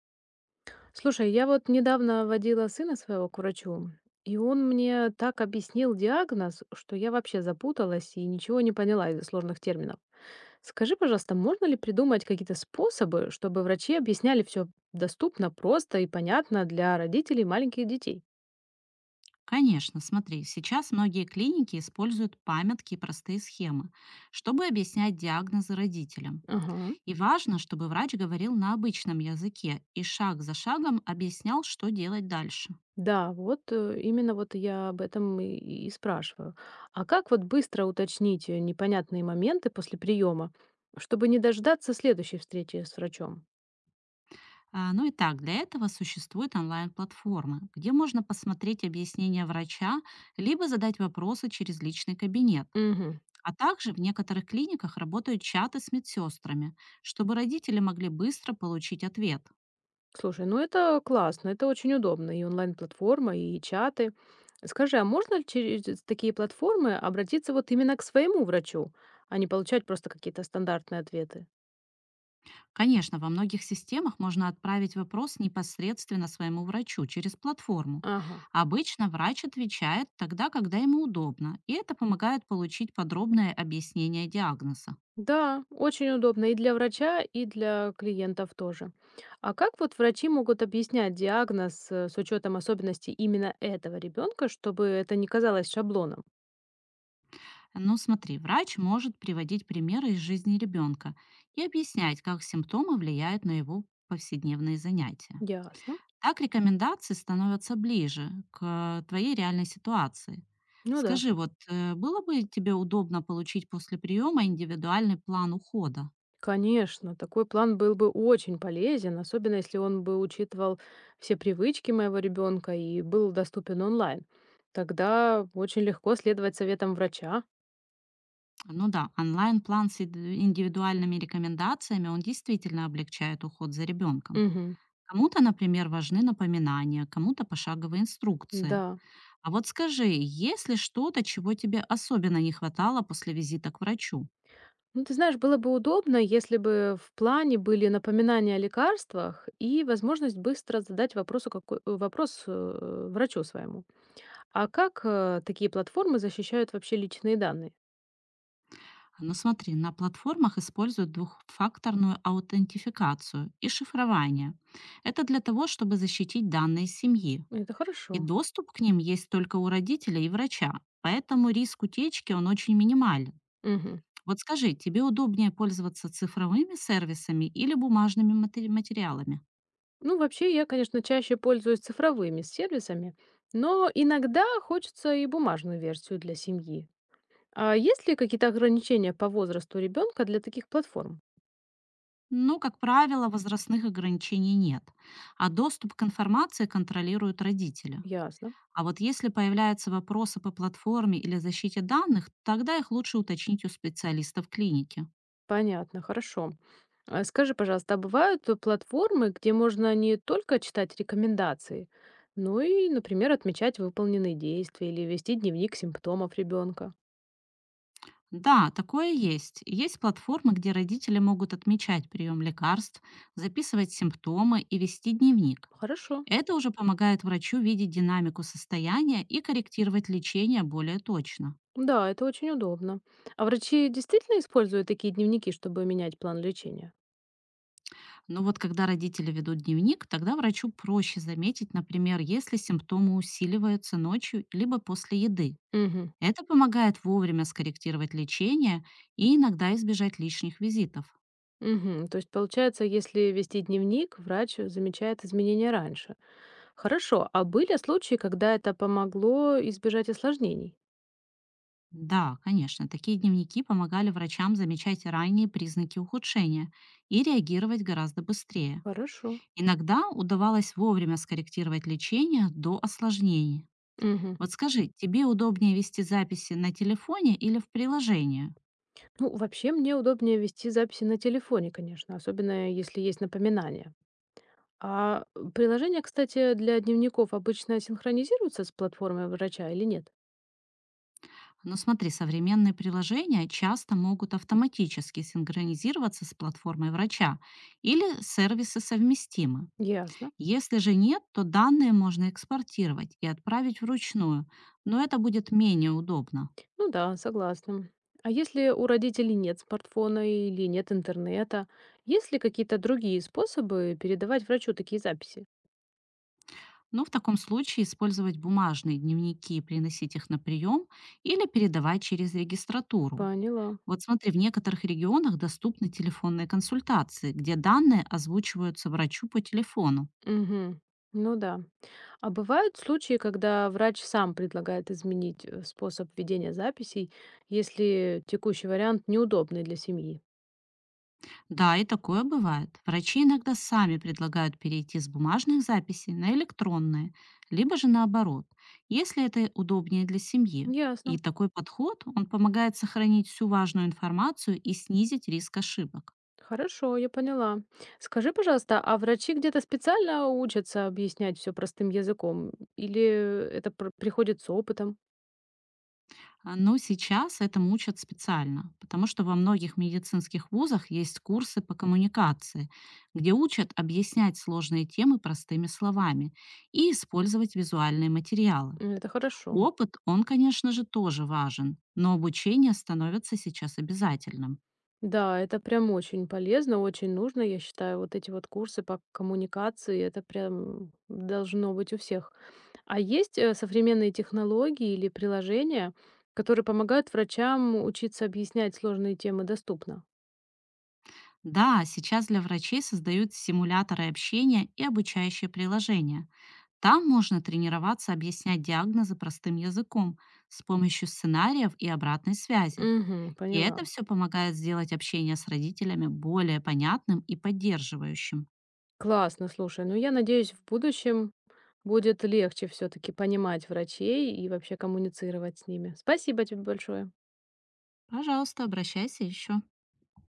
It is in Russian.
Слушай, я вот недавно водила сына своего к врачу, и он мне так объяснил диагноз, что я вообще запуталась и ничего не поняла из-за сложных терминов. Скажи, пожалуйста, можно ли придумать какие-то способы, чтобы врачи объясняли все доступно, просто и понятно для родителей маленьких детей? Конечно, смотри, сейчас многие клиники используют памятки и простые схемы, чтобы объяснять диагнозы родителям. Ага. И важно, чтобы врач говорил на обычном языке и шаг за шагом объяснял, что делать дальше. Да, именно вот я об этом и спрашиваю. А как вот быстро уточнить непонятные моменты после приема, чтобы не дождаться следующей встречи с врачом? А, ну и так, для этого существуют онлайн-платформы, где можно посмотреть объяснения врача, либо задать вопросы через личный кабинет. Угу. А также в некоторых клиниках работают чаты с медсестрами, чтобы родители могли быстро получить ответ. Слушай, ну это классно, это очень удобно. И онлайн-платформа, и чаты. Скажи, а можно ли через такие платформы обратиться вот именно к своему врачу, а не получать просто какие-то стандартные ответы? Конечно, во многих системах можно отправить вопрос непосредственно своему врачу через платформу. Ага. Обычно врач отвечает тогда, когда ему удобно, и это помогает получить подробное объяснение диагноза. Да, очень удобно и для врача, и для клиентов тоже. А как вот врачи могут объяснять диагноз с учетом особенностей именно этого ребенка, чтобы это не казалось шаблоном? Но смотри, врач может приводить примеры из жизни ребенка и объяснять, как симптомы влияют на его повседневные занятия. Ясно. Так рекомендации становятся ближе к твоей реальной ситуации. Ну да. Скажи, было бы тебе удобно получить после приема индивидуальный план ухода? Конечно, такой план был бы очень полезен, особенно если он бы учитывал все привычки моего ребенка и был доступен онлайн. Тогда очень легко следовать советам врача. Ну да, онлайн-план с индивидуальными рекомендациями, он действительно облегчает уход за ребенком. Мгм. Кому-то, например, важны напоминания, кому-то пошаговые инструкции. Да. А вот скажи, есть ли что-то, чего тебе особенно не хватало после визита к врачу? Ну, ты знаешь, было бы удобно, если бы в плане были напоминания о лекарствах и возможность быстро задать вопросу вопрос врачу своему. А как такие платформы защищают вообще личные данные? Ну смотри, на платформах используют двухфакторную аутентификацию и шифрование. Это для того, чтобы защитить данные семьи. Это И хорошо. доступ к ним есть только у родителя и врача, поэтому риск утечки он очень минимален. Мгм. Вот скажи, тебе удобнее пользоваться цифровыми сервисами или бумажными материалами? Ну, вообще, я, конечно, чаще пользуюсь цифровыми сервисами, но иногда хочется и бумажную версию для семьи. А есть ли какие-то ограничения по возрасту ребенка для таких платформ? Ну, как правило, возрастных ограничений нет, а доступ к информации контролируют родители. Ясно. А вот если появляются вопросы по платформе или защите данных, тогда их лучше уточнить у специалистов клиники. Понятно, хорошо. А скажи, пожалуйста, а бывают платформы, где можно не только читать рекомендации, но и, например, отмечать выполненные действия или вести дневник симптомов ребенка? Да, такое есть. Есть платформы, где родители могут отмечать прием лекарств, записывать симптомы и вести дневник. Хорошо. Это уже помогает врачу видеть динамику состояния и корректировать лечение более точно. Да, это очень удобно. А врачи действительно используют такие дневники, чтобы менять план лечения? Но вот когда родители ведут дневник, тогда врачу проще заметить, например, если симптомы усиливаются ночью либо после еды. Мгм. Это помогает вовремя скорректировать лечение и иногда избежать лишних визитов. Мгм. То есть, получается, если вести дневник, врач замечает изменения раньше. Хорошо. А были случаи, когда это помогло избежать осложнений? Да, конечно, такие дневники помогали врачам замечать ранние признаки ухудшения и реагировать гораздо быстрее. Хорошо. Иногда удавалось вовремя скорректировать лечение до осложнений. Мгм. Вот скажи, тебе удобнее вести записи на телефоне или в приложении? Ну, вообще, мне удобнее вести записи на телефоне, конечно, особенно если есть напоминания. А приложения, кстати, для дневников обычно синхронизируются с платформой врача или нет? Но смотри, современные приложения часто могут автоматически синхронизироваться с платформой врача или сервисы совместимы. Ясно. Если же нет, то данные можно экспортировать и отправить вручную, но это будет менее удобно. Ну да, согласна. А если у родителей нет смартфона или нет интернета, есть ли какие-то другие способы передавать врачу такие записи? Но в таком случае использовать бумажные дневники и приносить их на прием или передавать через регистратуру. Поняла. Вот смотри, в некоторых регионах доступны телефонные консультации, где данные озвучиваются врачу по телефону. Мгм. Ну да. А бывают случаи, когда врач сам предлагает изменить способ ведения записей, если текущий вариант неудобный для семьи? Да, и такое бывает. Врачи иногда сами предлагают перейти с бумажных записей на электронные, либо же наоборот, если это удобнее для семьи. И Ясно. такой подход, он помогает сохранить всю важную информацию и снизить риск ошибок. Хорошо, я поняла. Скажи, пожалуйста, а врачи где-то специально учатся объяснять все простым языком? Или это приходит с опытом? А, но сейчас этому учат специально, потому что во многих медицинских вузах есть курсы по коммуникации, где учат объяснять сложные темы простыми словами и использовать визуальные материалы. М, это хорошо. Опыт, он, конечно же, тоже важен, но обучение становится сейчас обязательным. Да, это прям очень полезно, очень нужно, я считаю, вот эти вот курсы по коммуникации, это прям должно быть у всех. А есть современные технологии или приложения, которые помогают врачам учиться объяснять сложные темы доступно? Да, сейчас для врачей создают симуляторы общения и обучающие приложения. Там можно тренироваться объяснять диагнозы простым языком с помощью сценариев и обратной связи. Угу, И поняла. это все помогает сделать общение с родителями более понятным и поддерживающим. Классно, слушай. Ну, я надеюсь, в будущем будет легче все-таки понимать врачей и вообще коммуницировать с ними. Спасибо тебе большое. Пожалуйста, обращайся еще.